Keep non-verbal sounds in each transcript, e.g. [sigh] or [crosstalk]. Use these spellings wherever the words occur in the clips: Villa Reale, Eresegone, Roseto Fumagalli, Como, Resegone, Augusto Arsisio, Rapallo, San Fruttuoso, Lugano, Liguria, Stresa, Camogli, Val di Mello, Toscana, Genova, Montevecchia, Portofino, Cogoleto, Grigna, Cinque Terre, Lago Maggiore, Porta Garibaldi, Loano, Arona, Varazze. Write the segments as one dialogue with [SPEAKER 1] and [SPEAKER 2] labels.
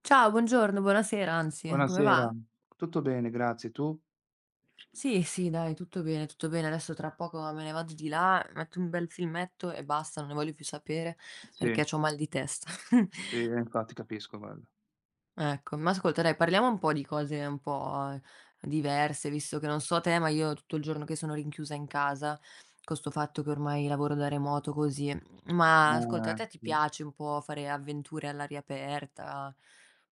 [SPEAKER 1] Ciao, buongiorno, buonasera, anzi, come
[SPEAKER 2] Buonasera,
[SPEAKER 1] va?
[SPEAKER 2] tutto bene grazie, tu?
[SPEAKER 1] Sì, sì, dai, tutto bene, tutto bene. Adesso tra poco me ne vado di là, metto un bel filmetto e basta, non ne voglio più sapere
[SPEAKER 2] Sì,
[SPEAKER 1] perché c'ho mal di testa.
[SPEAKER 2] sì,
[SPEAKER 1] [laughs]
[SPEAKER 2] infatti capisco guarda.
[SPEAKER 1] Ecco, ma ascolta, dai, parliamo un po' di cose un po' diverse, visto che non so te, ma io tutto il giorno che sono rinchiusa in casa, con sto fatto che ormai lavoro da remoto così. Ma ascolta, a te ti
[SPEAKER 2] Sì.
[SPEAKER 1] piace un po' fare avventure all'aria aperta,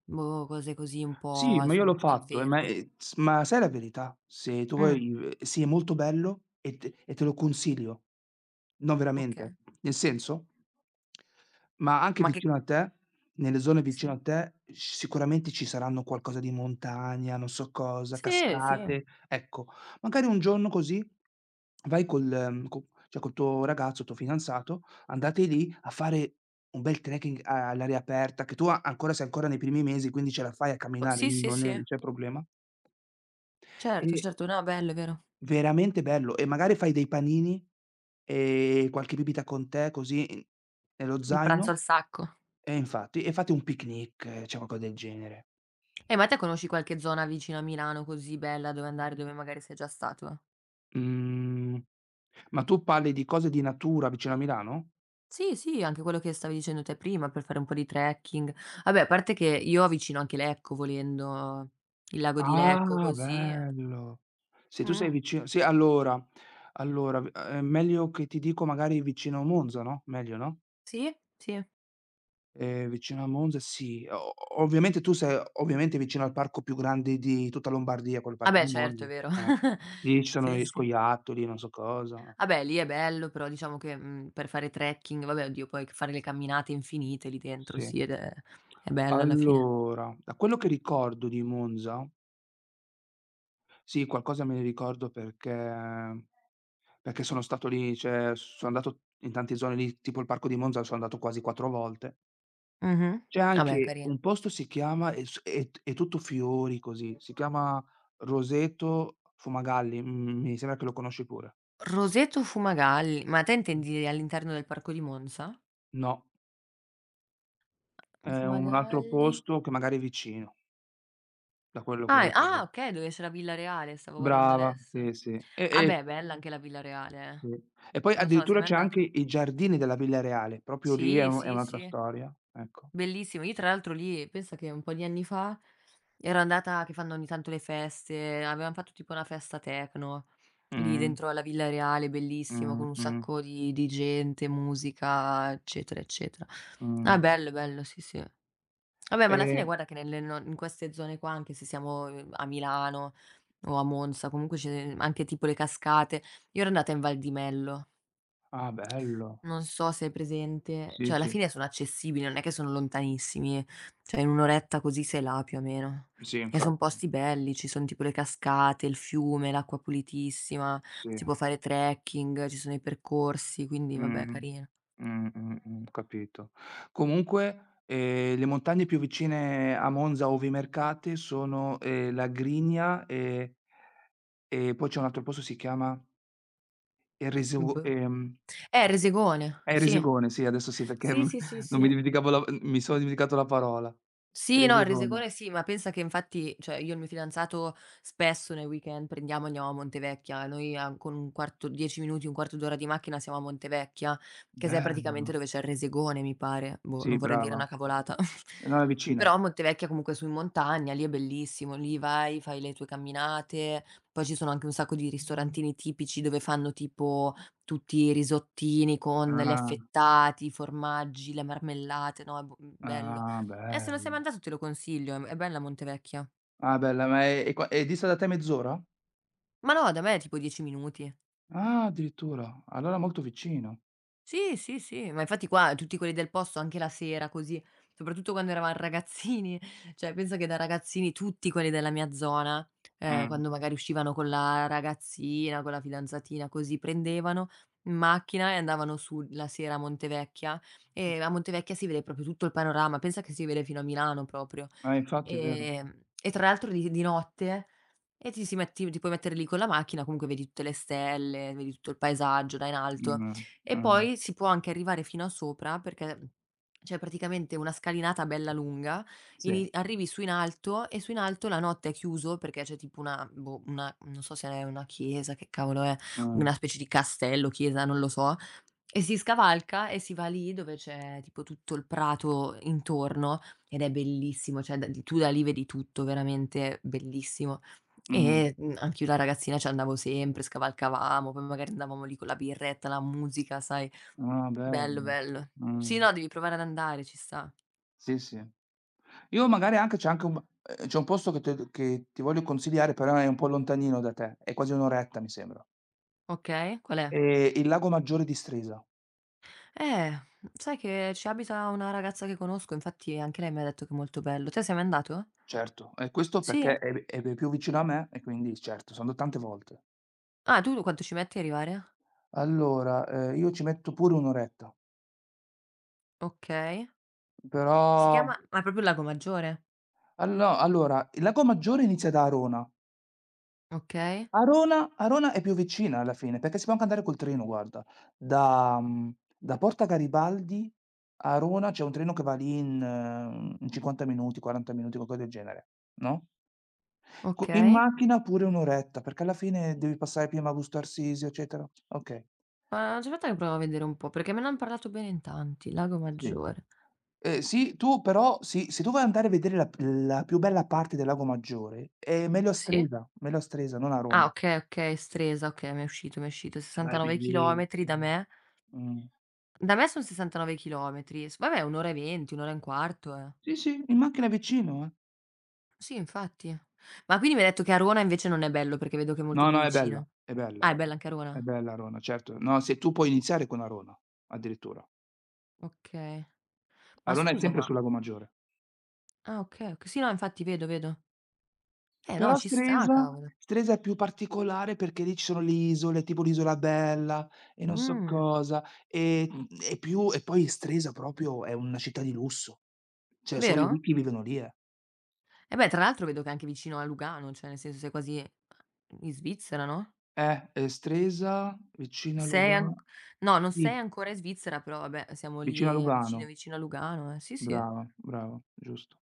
[SPEAKER 1] boh, cose così un
[SPEAKER 2] Sì,
[SPEAKER 1] po'
[SPEAKER 2] ma io l'ho
[SPEAKER 1] nel
[SPEAKER 2] fatto, ma
[SPEAKER 1] verde?
[SPEAKER 2] ehm, s ma sai la verità? Se tu vuoi
[SPEAKER 1] Mh,
[SPEAKER 2] v sì, è molto bello e te lo consiglio. No,
[SPEAKER 1] okay.
[SPEAKER 2] veramente. Nel senso ma anche
[SPEAKER 1] Ma che
[SPEAKER 2] vicino a te, nelle zone
[SPEAKER 1] sì.
[SPEAKER 2] vicino a te, s sicuramente ci saranno qualcosa di montagna, non so cosa,
[SPEAKER 1] Sì, sì.
[SPEAKER 2] cascate. Ecco, magari un giorno così vai col mhmm, co cioè col tuo ragazzo, tuo fidanzato. Andate lì a fare un bel trekking a all'aria aperta, che tu a ancora sei ancora nei primi mesi, quindi ce la fai a
[SPEAKER 1] O
[SPEAKER 2] camminare,
[SPEAKER 1] sì, sì, sì.
[SPEAKER 2] non c'è problema.
[SPEAKER 1] Certo,
[SPEAKER 2] E
[SPEAKER 1] certo. No, bello, è vero.
[SPEAKER 2] veramente bello, e magari fai dei panini e qualche bibita con te così in nello
[SPEAKER 1] Il
[SPEAKER 2] zaino
[SPEAKER 1] pranzo al sacco.
[SPEAKER 2] e infatti fate un picnic, cioè qualcosa del genere.
[SPEAKER 1] Ma te conosci qualche zona vicino a Milano così bella dove andare, dove magari sei già stato?
[SPEAKER 2] Mhmm, ma tu parli di cose di natura vicino a Milano?
[SPEAKER 1] Sì, sì, anche quello che stavi dicendo te prima per fare un po' di trekking. Vabbè, a parte che io avvicino anche Lecco volendo, il lago di Lecco
[SPEAKER 2] Ah,
[SPEAKER 1] così.
[SPEAKER 2] bello. Se tu sei
[SPEAKER 1] Mh.
[SPEAKER 2] vicino sì, allora allora, v meglio che ti dico magari vicino Monza, no, meglio, no,
[SPEAKER 1] Sì, sì.
[SPEAKER 2] vicino a Monza sì, o ovviamente tu sei ovviamente vicino al parco più grande di tutta Lombardia, quello parco
[SPEAKER 1] Vabbè
[SPEAKER 2] di
[SPEAKER 1] certo,
[SPEAKER 2] Monza,
[SPEAKER 1] è vero.
[SPEAKER 2] eh.
[SPEAKER 1] [laughs]
[SPEAKER 2] Lì ci sono
[SPEAKER 1] Sì,
[SPEAKER 2] gli
[SPEAKER 1] sì.
[SPEAKER 2] scoiattoli, non so cosa.
[SPEAKER 1] Vabbè lì è bello, però diciamo che, per fare trekking vabbè oddio poi fare le camminate infinite lì dentro
[SPEAKER 2] Sì.
[SPEAKER 1] sì ed è bello alla fine.
[SPEAKER 2] Allora, da quello che ricordo di Monza sì, qualcosa me ne ricordo perché sono stato lì, cioè sono andato in tante zone lì, tipo il parco di Monza sono andato quasi 4 volte.
[SPEAKER 1] Mh-mh.
[SPEAKER 2] C'è
[SPEAKER 1] Vabbè
[SPEAKER 2] anche
[SPEAKER 1] carina.
[SPEAKER 2] un posto si chiama è s è t è tutto fiori così, si chiama Roseto Fumagalli, mi sembra che lo conosci pure.
[SPEAKER 1] Roseto Fumagalli, ma te
[SPEAKER 2] Mh,
[SPEAKER 1] intendi all'interno del parco di Monza?
[SPEAKER 2] no, è un altro
[SPEAKER 1] Fumagalli,
[SPEAKER 2] posto che magari è vicino, da quello che
[SPEAKER 1] ah, è ah
[SPEAKER 2] ricordo.
[SPEAKER 1] okay, dove c'è la Villa Reale, stavo guardando
[SPEAKER 2] Brava,
[SPEAKER 1] adesso.
[SPEAKER 2] sì, sì. E
[SPEAKER 1] Ah
[SPEAKER 2] e
[SPEAKER 1] beh, bella anche la Villa Reale,
[SPEAKER 2] sì.
[SPEAKER 1] eh.
[SPEAKER 2] E poi
[SPEAKER 1] Non so, sei
[SPEAKER 2] addirittura
[SPEAKER 1] mai
[SPEAKER 2] c'è anche
[SPEAKER 1] andato?
[SPEAKER 2] i giardini della Villa Reale, proprio lì è
[SPEAKER 1] Sì,
[SPEAKER 2] u è
[SPEAKER 1] sì,
[SPEAKER 2] un'altra
[SPEAKER 1] sì.
[SPEAKER 2] storia, ecco.
[SPEAKER 1] Bellissimo. Io tra l'altro lì pensa che un po' di anni fa ero andata che fanno ogni tanto le feste, avevam fatto tipo una festa techno lì
[SPEAKER 2] Mh,
[SPEAKER 1] dentro alla Villa Reale, bellissimo,
[SPEAKER 2] mh,
[SPEAKER 1] con un
[SPEAKER 2] mh,
[SPEAKER 1] sacco di gente, musica, eccetera, eccetera. Ah,
[SPEAKER 2] mh.
[SPEAKER 1] bello, bello, sì, sì. Vabbè, ma alla fine
[SPEAKER 2] Ehm
[SPEAKER 1] guarda che nelle no in queste zone qua, anche se siamo, a Milano o a Monza, comunque ce anche tipo le cascate. Io ero andata in Val di Mello.
[SPEAKER 2] ah, bello.
[SPEAKER 1] Non so se hai presente,
[SPEAKER 2] Sì,
[SPEAKER 1] cioè alla
[SPEAKER 2] sì.
[SPEAKER 1] fine sono accessibili, non è che sono lontanissimi, cioè in 1 oretta così sei là più o meno.
[SPEAKER 2] Sì,
[SPEAKER 1] E son
[SPEAKER 2] infatti.
[SPEAKER 1] posti belli, ci son tipo le cascate, il fiume, l'acqua pulitissima,
[SPEAKER 2] Sì.
[SPEAKER 1] si può fare trekking, ci sono i percorsi, quindi vabbè,
[SPEAKER 2] Mh-mh.
[SPEAKER 1] carino.
[SPEAKER 2] Ho capito. Comunque, le montagne più vicine a Monza, ove i mercati, sono, la Grigna e poi c'è un altro posto si chiama Eresego
[SPEAKER 1] Boh.
[SPEAKER 2] ehm,
[SPEAKER 1] Resegone, sì.
[SPEAKER 2] Eresegone, sì, adesso sì perché [laughs]
[SPEAKER 1] Sì,
[SPEAKER 2] m
[SPEAKER 1] sì, sì,
[SPEAKER 2] non mi
[SPEAKER 1] sì.
[SPEAKER 2] dimenticavo la mi sono dimenticato la parola.
[SPEAKER 1] Sì, no, il
[SPEAKER 2] Eresegone.
[SPEAKER 1] Resecone sì, ma pensa che infatti cioè io e il mio fidanzato spesso nei weekend prendiamo e andiamo a Montevecchia. Noi a con un quarto 10 minuti, un quarto d'ora di macchina siamo a Montevecchia, che sai praticamente
[SPEAKER 2] Bello.
[SPEAKER 1] dove c'è il Resecone, mi pare. Boh,
[SPEAKER 2] Sì,
[SPEAKER 1] non vorrei dire
[SPEAKER 2] brava.
[SPEAKER 1] una cavolata. [laughs]
[SPEAKER 2] No, è vicino.
[SPEAKER 1] Però Montevecchia comunque su in montagna, lì è bellissimo, lì vai, fai le tue camminate, poi ci sono anche un sacco di ristorantini tipici dove fanno tipo tutti i risottini con le
[SPEAKER 2] Ah,
[SPEAKER 1] affettati, i formaggi, le marmellate, no, bello.
[SPEAKER 2] ah,
[SPEAKER 1] Se non sei
[SPEAKER 2] bello.
[SPEAKER 1] mai andato te lo consiglio, è bella Montevecchia.
[SPEAKER 2] Ah bella, ma è e qua è dista da te mezz'ora?
[SPEAKER 1] Ma no, da me è tipo 10 minuti.
[SPEAKER 2] Ah addirittura, allora molto vicino.
[SPEAKER 1] Sì, sì, sì, ma infatti qua tutti quelli del posto anche la sera così, soprattutto quando eravam ragazzini, [laughs] cioè pensa che da ragazzini tutti quelli della mia zona,
[SPEAKER 2] Mh.
[SPEAKER 1] quando magari uscivano con la ragazzina, con la fidanzatina così, prendevano in macchina e andavano su la sera a Montevecchia, e a Montevecchia si vede proprio tutto il panorama, pensa che si vede fino a Milano proprio.
[SPEAKER 2] Eh infatti è vero.
[SPEAKER 1] E tra l'altro di notte e ti si metti ti puoi mettere lì con la macchina, comunque vedi tutte le stelle, vedi tutto il paesaggio da in alto.
[SPEAKER 2] Mh,
[SPEAKER 1] E
[SPEAKER 2] mh,
[SPEAKER 1] poi si può anche arrivare fino a sopra perché, c'è praticamente una scalinata bella lunga,
[SPEAKER 2] sì,
[SPEAKER 1] ini arrivi su in alto, e su in alto la notte è chiuso perché c'è tipo una boh, una non so se è una chiesa, che cavolo è,
[SPEAKER 2] mh,
[SPEAKER 1] una specie di castello, chiesa, non lo so, e si scavalca e si va lì dove c'è tipo tutto il prato intorno, ed è bellissimo, cioè da d tu da lì vedi tutto, veramente bellissimo.
[SPEAKER 2] mh.
[SPEAKER 1] E, anch'io da ragazzina ci andavo sempre, scavalcavamo, poi magari andavamo lì con la birretta, la musica, sai.
[SPEAKER 2] Ah
[SPEAKER 1] Bello,
[SPEAKER 2] bello.
[SPEAKER 1] bello. Sì,
[SPEAKER 2] Mh.
[SPEAKER 1] no, devi provare ad andare, ci sta.
[SPEAKER 2] Sì, sì. Io magari anche c'è anche un c'è un posto che ti voglio consigliare, però è un po' lontanino da te, è quasi un'oretta mi sembra.
[SPEAKER 1] Okay, qual è?
[SPEAKER 2] Il Lago Maggiore di Stresa,
[SPEAKER 1] Eh, sai che ci abita una ragazza che conosco, infatti anche lei mi ha detto che è molto bello. Te sei mai andato?
[SPEAKER 2] certo. E questo perché
[SPEAKER 1] Sì?
[SPEAKER 2] è più vicino a me e quindi certo, sono andato tante volte.
[SPEAKER 1] Ah, tu quanto ci metti a arrivare?
[SPEAKER 2] Allora, io ci metto pure un'oretta.
[SPEAKER 1] Okay.
[SPEAKER 2] Però
[SPEAKER 1] Si chiama ma proprio Lago Maggiore?
[SPEAKER 2] al no, allora, il lago Maggiore inizia da Arona.
[SPEAKER 1] Okay,
[SPEAKER 2] Arona è più vicina alla fine, perché si può anche andare col treno guarda. Da Porta Garibaldi a Arona c'è un treno che va lì in 50 minuti, 40 minuti, qualcosa del genere, no, co in
[SPEAKER 1] okay.
[SPEAKER 2] macchina pure 1 oretta, perché alla fine devi passare prima a Augusto Arsisio, eccetera. Okay.
[SPEAKER 1] Ma aspetta che provo a vedere un po', perché me ne han parlato bene in tanti. Lago
[SPEAKER 2] Sì.
[SPEAKER 1] Maggiore.
[SPEAKER 2] Sì, tu però sì, se tu vuoi andare a vedere la più bella parte del lago Maggiore, è
[SPEAKER 1] Sì.
[SPEAKER 2] Meglio a Stresa, non a
[SPEAKER 1] Ah
[SPEAKER 2] Arona.
[SPEAKER 1] okay, okay, Stresa, okay, mi è uscito, mi è uscito.
[SPEAKER 2] Ma è
[SPEAKER 1] 69 chilometri da
[SPEAKER 2] bellissimo.
[SPEAKER 1] me.
[SPEAKER 2] Mh.
[SPEAKER 1] Da me son 69 chilometri. S Vabbè, 1 ora e 20, 1 ora e un quarto, eh.
[SPEAKER 2] Sì, sì, in macchina vicino, eh.
[SPEAKER 1] Sì, infatti. Ma quindi mi hai detto che Arona invece non è bello, perché vedo che è molto
[SPEAKER 2] No,
[SPEAKER 1] più
[SPEAKER 2] no, è bella,
[SPEAKER 1] vicino.
[SPEAKER 2] è bella, è
[SPEAKER 1] Ah, è
[SPEAKER 2] bella.
[SPEAKER 1] bella anche
[SPEAKER 2] È
[SPEAKER 1] Arona?
[SPEAKER 2] bella Arona, certo. No, se tu puoi iniziare con Arona, addirittura.
[SPEAKER 1] Okay. Ma
[SPEAKER 2] Arona è
[SPEAKER 1] scusa,
[SPEAKER 2] sempre
[SPEAKER 1] ma
[SPEAKER 2] sul Lago Maggiore.
[SPEAKER 1] ah okay, oc sì, no, infatti vedo, vedo. Eh no,
[SPEAKER 2] Però
[SPEAKER 1] ci sta,
[SPEAKER 2] Stresa
[SPEAKER 1] cavolo.
[SPEAKER 2] Stresa è più particolare perché lì ci sono le isole, tipo l'Isola Bella e non so
[SPEAKER 1] Mh,
[SPEAKER 2] cosa, e mhmm, e più e poi Stresa proprio è una città di lusso. Cioè solo i
[SPEAKER 1] vero?
[SPEAKER 2] ricchi vivono lì, eh.
[SPEAKER 1] E beh, tra l'altro vedo che è anche vicino a Lugano, cioè nel senso sei quasi in Svizzera, no?
[SPEAKER 2] Stresa vicino a
[SPEAKER 1] Sei
[SPEAKER 2] Luga
[SPEAKER 1] an No, non sei
[SPEAKER 2] sì,
[SPEAKER 1] ancora in Svizzera, però vabbè siamo
[SPEAKER 2] vicino a
[SPEAKER 1] lì a vicino
[SPEAKER 2] Lugano.
[SPEAKER 1] vicino a Lugano, eh. Sì, sì. Eh.
[SPEAKER 2] Brava, brava, giusto.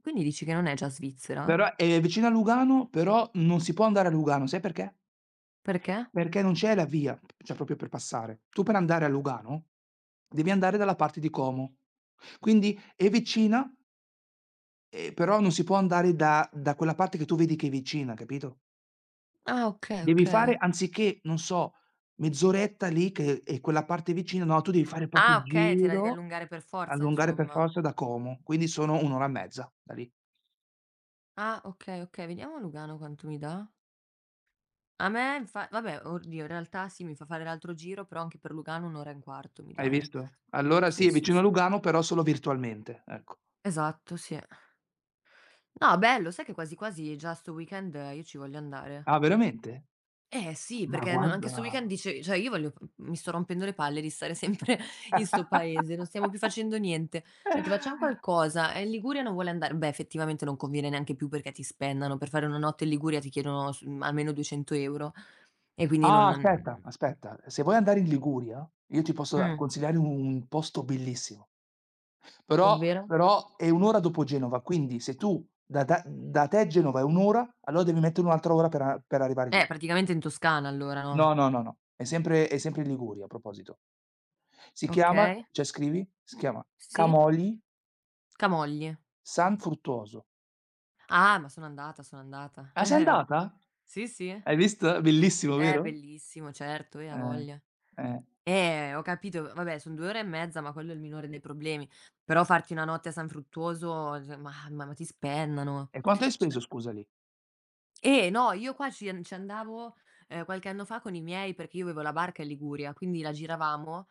[SPEAKER 1] Quindi dici che non è già Svizzera?
[SPEAKER 2] Però è vicino a Lugano, però non si può andare a Lugano, sai perché?
[SPEAKER 1] Perché?
[SPEAKER 2] Perché non c'è la via, cioè proprio per passare. Tu per andare a Lugano, devi andare dalla parte di Como. Quindi è vicina, però non si può andare da quella parte che tu vedi che è vicina, capito?
[SPEAKER 1] Ah okay,
[SPEAKER 2] Devi fare
[SPEAKER 1] okay.
[SPEAKER 2] anziché, non so, mezz'oretta lì che è quella parte vicina, no, tu devi fare proprio
[SPEAKER 1] Ah
[SPEAKER 2] il
[SPEAKER 1] okay, te la devi
[SPEAKER 2] giro,
[SPEAKER 1] allungare per forza
[SPEAKER 2] allungare per
[SPEAKER 1] insomma.
[SPEAKER 2] forza da Como, quindi sono 1 ora e mezza da lì.
[SPEAKER 1] Ah okay, okay, vediamo Lugano quanto mi dà. A me infa vabbè, oddio in realtà sì, mi fa fare l'altro giro, però anche per Lugano 1 ora e un quarto mi
[SPEAKER 2] Hai
[SPEAKER 1] dà, eh.
[SPEAKER 2] visto? Allora sì,
[SPEAKER 1] Sì,
[SPEAKER 2] è
[SPEAKER 1] sì,
[SPEAKER 2] vicino a
[SPEAKER 1] sì.
[SPEAKER 2] Lugano, però solo virtualmente, ecco.
[SPEAKER 1] Esatto, sì. No, bello, sai che quasi quasi già sto weekend io ci voglio andare.
[SPEAKER 2] Ah, veramente?
[SPEAKER 1] Eh sì,
[SPEAKER 2] Ma
[SPEAKER 1] perché no anche
[SPEAKER 2] guarda.
[SPEAKER 1] sto weekend dice cioè io voglio, [laughs] mi sto rompendo le palle di stare sempre [laughs] in sto paese, non stiamo più
[SPEAKER 2] [laughs]
[SPEAKER 1] facendo niente. Ho detto: "Facciamo qualcosa." E in Liguria non vuole andare. Beh, effettivamente non conviene neanche più perché ti spennano. Per fare una notte in Liguria ti chiedono almeno 200 € e quindi
[SPEAKER 2] Ah, aspetta,
[SPEAKER 1] non.
[SPEAKER 2] aspetta, se vuoi andare in Liguria, io ti posso a
[SPEAKER 1] mh,
[SPEAKER 2] consigliare un posto bellissimo, però
[SPEAKER 1] Ovvero?
[SPEAKER 2] però è 1 ora dopo Genova, quindi se tu da te a Genova è 1 ora, allora devi mettere un'altra ora per arrivare lì.
[SPEAKER 1] Praticamente in Toscana allora, no?
[SPEAKER 2] No, no, no, no, è sempre in Liguria, a proposito. Si chiama,
[SPEAKER 1] Okay,
[SPEAKER 2] cioè scrivi, si chiama
[SPEAKER 1] sì.
[SPEAKER 2] Camogli
[SPEAKER 1] Camogli.
[SPEAKER 2] San Fruttuoso.
[SPEAKER 1] Ah, ma sono andata, sono andata. [laughs]
[SPEAKER 2] Ah, sei
[SPEAKER 1] Eh-eh.
[SPEAKER 2] andata?
[SPEAKER 1] Sì, sì.
[SPEAKER 2] Hai visto? Bellissimo, vero?
[SPEAKER 1] Bellissimo, certo, a
[SPEAKER 2] Eh,
[SPEAKER 1] voglia.
[SPEAKER 2] eh.
[SPEAKER 1] Ho capito, vabbè, son 2 ore e mezza, ma quello è il minore dei problemi. Però farti una notte a San Fruttuoso, cioè, ma ti spennano.
[SPEAKER 2] E quanto hai
[SPEAKER 1] Cioè,
[SPEAKER 2] speso scusa lì?
[SPEAKER 1] no, io qua ci andavo, qualche anno fa con i miei, perché io avevo la barca in Liguria, quindi la giravamo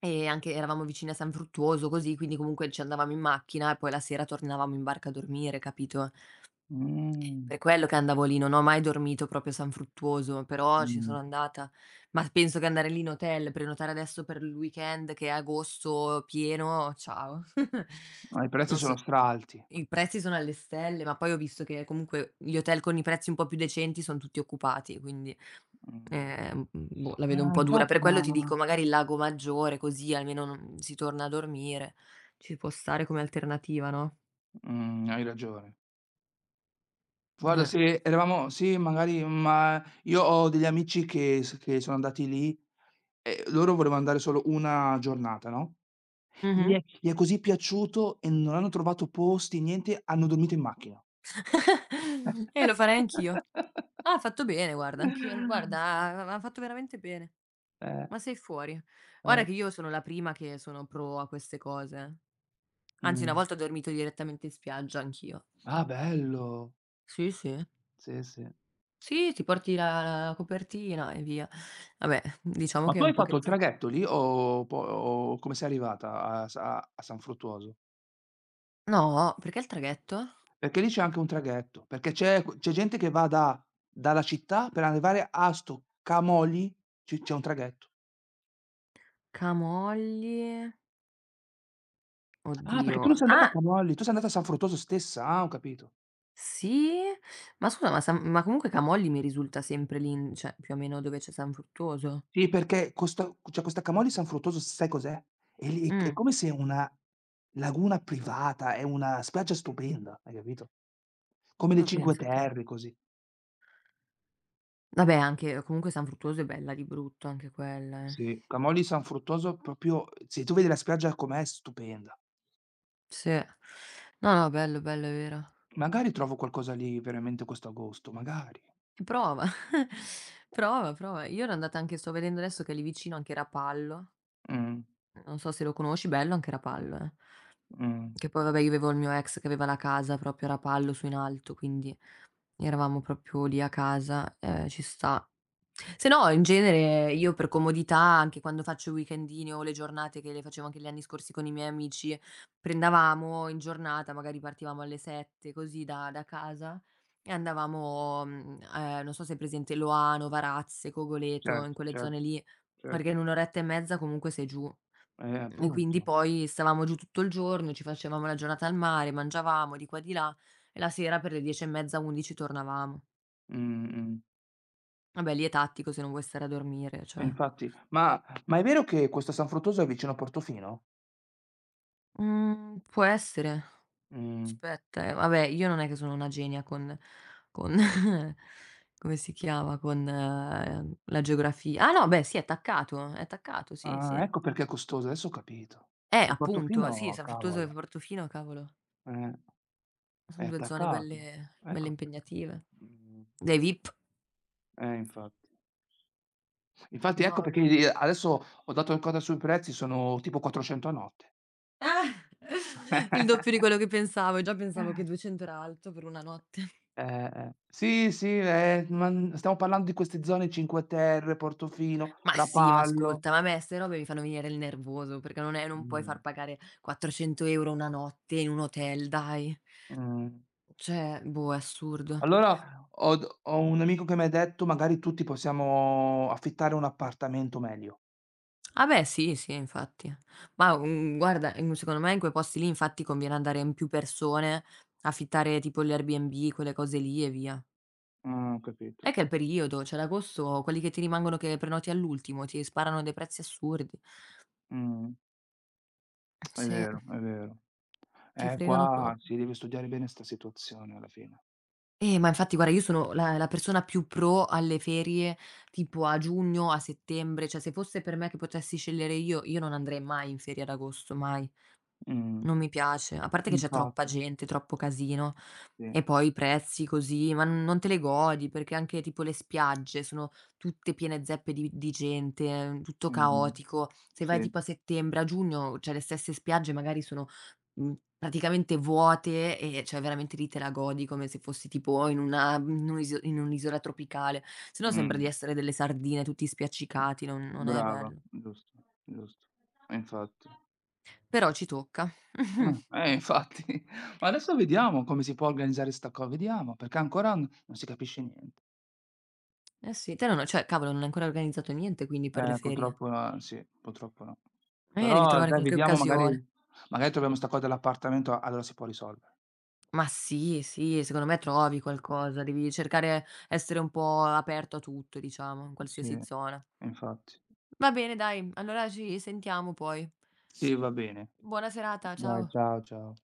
[SPEAKER 1] e anche eravamo vicini a San Fruttuoso, così, quindi comunque ci andavamo in macchina e poi la sera tornavamo in barca a dormire, capito?
[SPEAKER 2] Mh,
[SPEAKER 1] Per quello che andavo lì, non ho mai dormito proprio a San Fruttuoso, però ci
[SPEAKER 2] mh.
[SPEAKER 1] sono andata. Ma penso che andare lì in hotel, prenotare adesso per il weekend che è agosto pieno, ciao.
[SPEAKER 2] No, i
[SPEAKER 1] [laughs]
[SPEAKER 2] prezzi
[SPEAKER 1] Non so,
[SPEAKER 2] sono straalti.
[SPEAKER 1] i prezzi sono alle stelle, ma poi ho visto che comunque gli hotel con i prezzi un po' più decenti son tutti occupati, quindi,
[SPEAKER 2] Mh.
[SPEAKER 1] boh, la vedo un po' dura.
[SPEAKER 2] Infatti
[SPEAKER 1] Per
[SPEAKER 2] ma.
[SPEAKER 1] quello ti dico magari il Lago Maggiore, così almeno non si torna a dormire. Ci può stare come alternativa, no?
[SPEAKER 2] Mh, hai ragione. Guarda
[SPEAKER 1] Eh.
[SPEAKER 2] se eravamo sì magari, ma io ho degli amici che sono andati lì e loro volevano andare solo 1 giornata, no, gli
[SPEAKER 1] Mh-mh.
[SPEAKER 2] è gli è così piaciuto e non hanno trovato posti, niente, hanno dormito in macchina.
[SPEAKER 1] [laughs] Lo farei anch'io.
[SPEAKER 2] [laughs]
[SPEAKER 1] Ah, ha fatto bene guarda, anch'io, no, guarda, ha fatto veramente bene,
[SPEAKER 2] Eh,
[SPEAKER 1] ma sei fuori. Guarda
[SPEAKER 2] eh,
[SPEAKER 1] che io sono la prima che sono pro a queste cose. Anzi,
[SPEAKER 2] mh.
[SPEAKER 1] una volta ho dormito direttamente in spiaggia anch'io.
[SPEAKER 2] Ah, bello.
[SPEAKER 1] Sì, sì.
[SPEAKER 2] Sì, sì.
[SPEAKER 1] Sì, ti porti la copertina e via. Vabbè, diciamo
[SPEAKER 2] Ma
[SPEAKER 1] che è
[SPEAKER 2] tu hai
[SPEAKER 1] un
[SPEAKER 2] fatto il
[SPEAKER 1] pochetti
[SPEAKER 2] traghetto lì o come sei arrivata a San Fruttuoso?
[SPEAKER 1] no, perché il traghetto?
[SPEAKER 2] Perché lì c'è anche un traghetto, perché c'è gente che va da dalla città per arrivare a sto Camoli, ci c'è un traghetto.
[SPEAKER 1] Camogli
[SPEAKER 2] Ah, perché
[SPEAKER 1] oddio,
[SPEAKER 2] tu non sei andata a
[SPEAKER 1] ah,
[SPEAKER 2] Camolli, tu sei andata a San Fruttuoso stessa, ah, ho capito.
[SPEAKER 1] sì? Ma scusa, ma San ma comunque Camogli mi risulta sempre lì in, cioè più o meno dove c'è San Fruttuoso?
[SPEAKER 2] Sì, perché questo, cioè questa Camolli San Fruttuoso sai cos'è? È lì è
[SPEAKER 1] Mh,
[SPEAKER 2] come se una laguna privata, è una spiaggia stupenda, hai capito? Come le
[SPEAKER 1] ma
[SPEAKER 2] Cinque
[SPEAKER 1] pensa te.
[SPEAKER 2] Terre, così.
[SPEAKER 1] Vabbè, anche comunque San Fruttuoso è bella di brutto anche quella, eh.
[SPEAKER 2] Sì, Camolli San Fruttuoso proprio se tu vedi la spiaggia com'è, è stupenda.
[SPEAKER 1] Sì. No, no, bello, bello, è vero.
[SPEAKER 2] Magari trovo qualcosa lì veramente quest'agosto, magari.
[SPEAKER 1] E prova, [laughs] prova, prova. Io ero andata anche, sto vedendo adesso che è lì vicino anche Rapallo,
[SPEAKER 2] Mh,
[SPEAKER 1] non so se lo conosci, bello anche Rapallo, eh.
[SPEAKER 2] mh,
[SPEAKER 1] Che poi vabbè, io avevo il mio ex che aveva la casa proprio a Rapallo su in alto, quindi eravamo proprio lì a casa, ci sta. Se no in genere io per comodità, anche quando faccio i weekendini o le giornate che le facevo anche gli anni scorsi con i miei amici, prendevamo in giornata, magari partivamo alle 7 così da casa e andavamo, non so se hai presente Loano, Varazze, Cogoleto, in
[SPEAKER 2] certo,
[SPEAKER 1] quelle
[SPEAKER 2] certo,
[SPEAKER 1] zone lì, perché
[SPEAKER 2] certo.
[SPEAKER 1] in 1 oretta e mezza comunque sei giù. E quindi
[SPEAKER 2] Appunto.
[SPEAKER 1] poi stavamo giù tutto il giorno, ci facevamo la giornata al mare, mangiavamo di qua e di là e la sera per le 10 e mezza, 11 tornavamo.
[SPEAKER 2] Mh, mh.
[SPEAKER 1] Vabbè, lì è tattico se non vuoi stare a dormire,
[SPEAKER 2] E
[SPEAKER 1] cioè.
[SPEAKER 2] infatti ma è vero che questo San Fruttuoso è vicino a Portofino?
[SPEAKER 1] Mhmm, può essere.
[SPEAKER 2] Mh.
[SPEAKER 1] Aspetta, vabbè, io non è che sono una genia con con [laughs] come si chiama, con la geografia. Ah no, beh sì, è attaccato, sì,
[SPEAKER 2] Ah,
[SPEAKER 1] sì.
[SPEAKER 2] ecco perché è costoso, adesso ho capito. Ma
[SPEAKER 1] Appunto, sì,
[SPEAKER 2] Portofino,
[SPEAKER 1] San Fruttuoso e
[SPEAKER 2] cavolo,
[SPEAKER 1] Portofino, cavolo,
[SPEAKER 2] eh, è
[SPEAKER 1] son 2 zone belle
[SPEAKER 2] attaccato.
[SPEAKER 1] belle
[SPEAKER 2] Ecco perché.
[SPEAKER 1] impegnative.
[SPEAKER 2] Mh,
[SPEAKER 1] Dai VIP.
[SPEAKER 2] infatti. Infatti
[SPEAKER 1] No,
[SPEAKER 2] ecco perché
[SPEAKER 1] vabbè.
[SPEAKER 2] i adesso ho dato il coda sui prezzi, sono tipo 400 a notte.
[SPEAKER 1] Ah, [laughs] il doppio di quello che
[SPEAKER 2] [laughs]
[SPEAKER 1] pensavo. Già pensavo che 200 era alto per una notte.
[SPEAKER 2] Eh. Sì, sì, ma, stiamo parlando di queste zone, Cinque Terre, Portofino,
[SPEAKER 1] Ma sì, ma
[SPEAKER 2] Rapallo.
[SPEAKER 1] ascolta, ma a me 'ste robe mi fanno venire il nervoso, perché non puoi
[SPEAKER 2] Mh,
[SPEAKER 1] far pagare 400 € una notte in un hotel, dai.
[SPEAKER 2] mh.
[SPEAKER 1] Cioè, boh, è assurdo.
[SPEAKER 2] Allora ho un amico che mi ha detto: "Magari tutti possiamo affittare un appartamento meglio".
[SPEAKER 1] Ah beh, sì, sì, infatti. Ma, guarda, in secondo me in quei posti lì infatti conviene andare in più persone, affittare tipo gli Airbnb, quelle cose lì e via.
[SPEAKER 2] Ah, ho
[SPEAKER 1] È
[SPEAKER 2] capito.
[SPEAKER 1] che è il periodo, cioè ad agosto quelli che ti rimangono che prenoti all'ultimo ti sparano dei prezzi assurdi.
[SPEAKER 2] Mh. È
[SPEAKER 1] Sì,
[SPEAKER 2] vero, è vero.
[SPEAKER 1] ti fregano
[SPEAKER 2] Qua
[SPEAKER 1] proprio.
[SPEAKER 2] si deve studiare bene 'sta situazione alla fine.
[SPEAKER 1] Ma infatti guarda io sono la persona più pro alle ferie tipo a giugno, a settembre, cioè se fosse per me che potessi scegliere io non andrei mai in ferie ad agosto, mai.
[SPEAKER 2] Mh.
[SPEAKER 1] Non mi piace, a parte che c'è troppa
[SPEAKER 2] Infatti,
[SPEAKER 1] gente, troppo casino.
[SPEAKER 2] sì.
[SPEAKER 1] E poi i prezzi così, ma n non te le godi, perché anche tipo le spiagge sono tutte piene zeppe di gente, tutto
[SPEAKER 2] Mh.
[SPEAKER 1] caotico. Se vai
[SPEAKER 2] Sì.
[SPEAKER 1] tipo a settembre, a giugno, cioè le stesse spiagge magari sono, mhmm, praticamente vuote e cioè veramente lì te la godi come se fossi tipo in un'isola tropicale. Se no sembra di
[SPEAKER 2] Mh.
[SPEAKER 1] essere delle sardine tutti spiaccicati, non è
[SPEAKER 2] Brava,
[SPEAKER 1] bello.
[SPEAKER 2] giusto, giusto. E infatti.
[SPEAKER 1] Però ci tocca. [laughs]
[SPEAKER 2] Infatti. [laughs] Ma adesso vediamo come si può organizzare 'sta co vediamo, perché ancora n non si capisce niente.
[SPEAKER 1] Eh sì, te non cioè cavolo non hai ancora organizzato niente quindi per le ferie.
[SPEAKER 2] Purtroppo no, sì, purtroppo no.
[SPEAKER 1] Devi
[SPEAKER 2] Però
[SPEAKER 1] trovare
[SPEAKER 2] dai,
[SPEAKER 1] qualche
[SPEAKER 2] vediamo magari
[SPEAKER 1] occasione.
[SPEAKER 2] magari troviamo 'sta cosa dell'appartamento, allora si può risolve.
[SPEAKER 1] Ma sì, sì, secondo me trovi qualcosa, devi cercare essere un po' aperto a tutto, diciamo, in
[SPEAKER 2] Sì,
[SPEAKER 1] qualsiasi zona.
[SPEAKER 2] infatti.
[SPEAKER 1] Va bene dai, allora ci sentiamo poi.
[SPEAKER 2] Sì, va bene.
[SPEAKER 1] Buona serata,
[SPEAKER 2] Dai,
[SPEAKER 1] ciao.
[SPEAKER 2] ciao, ciao.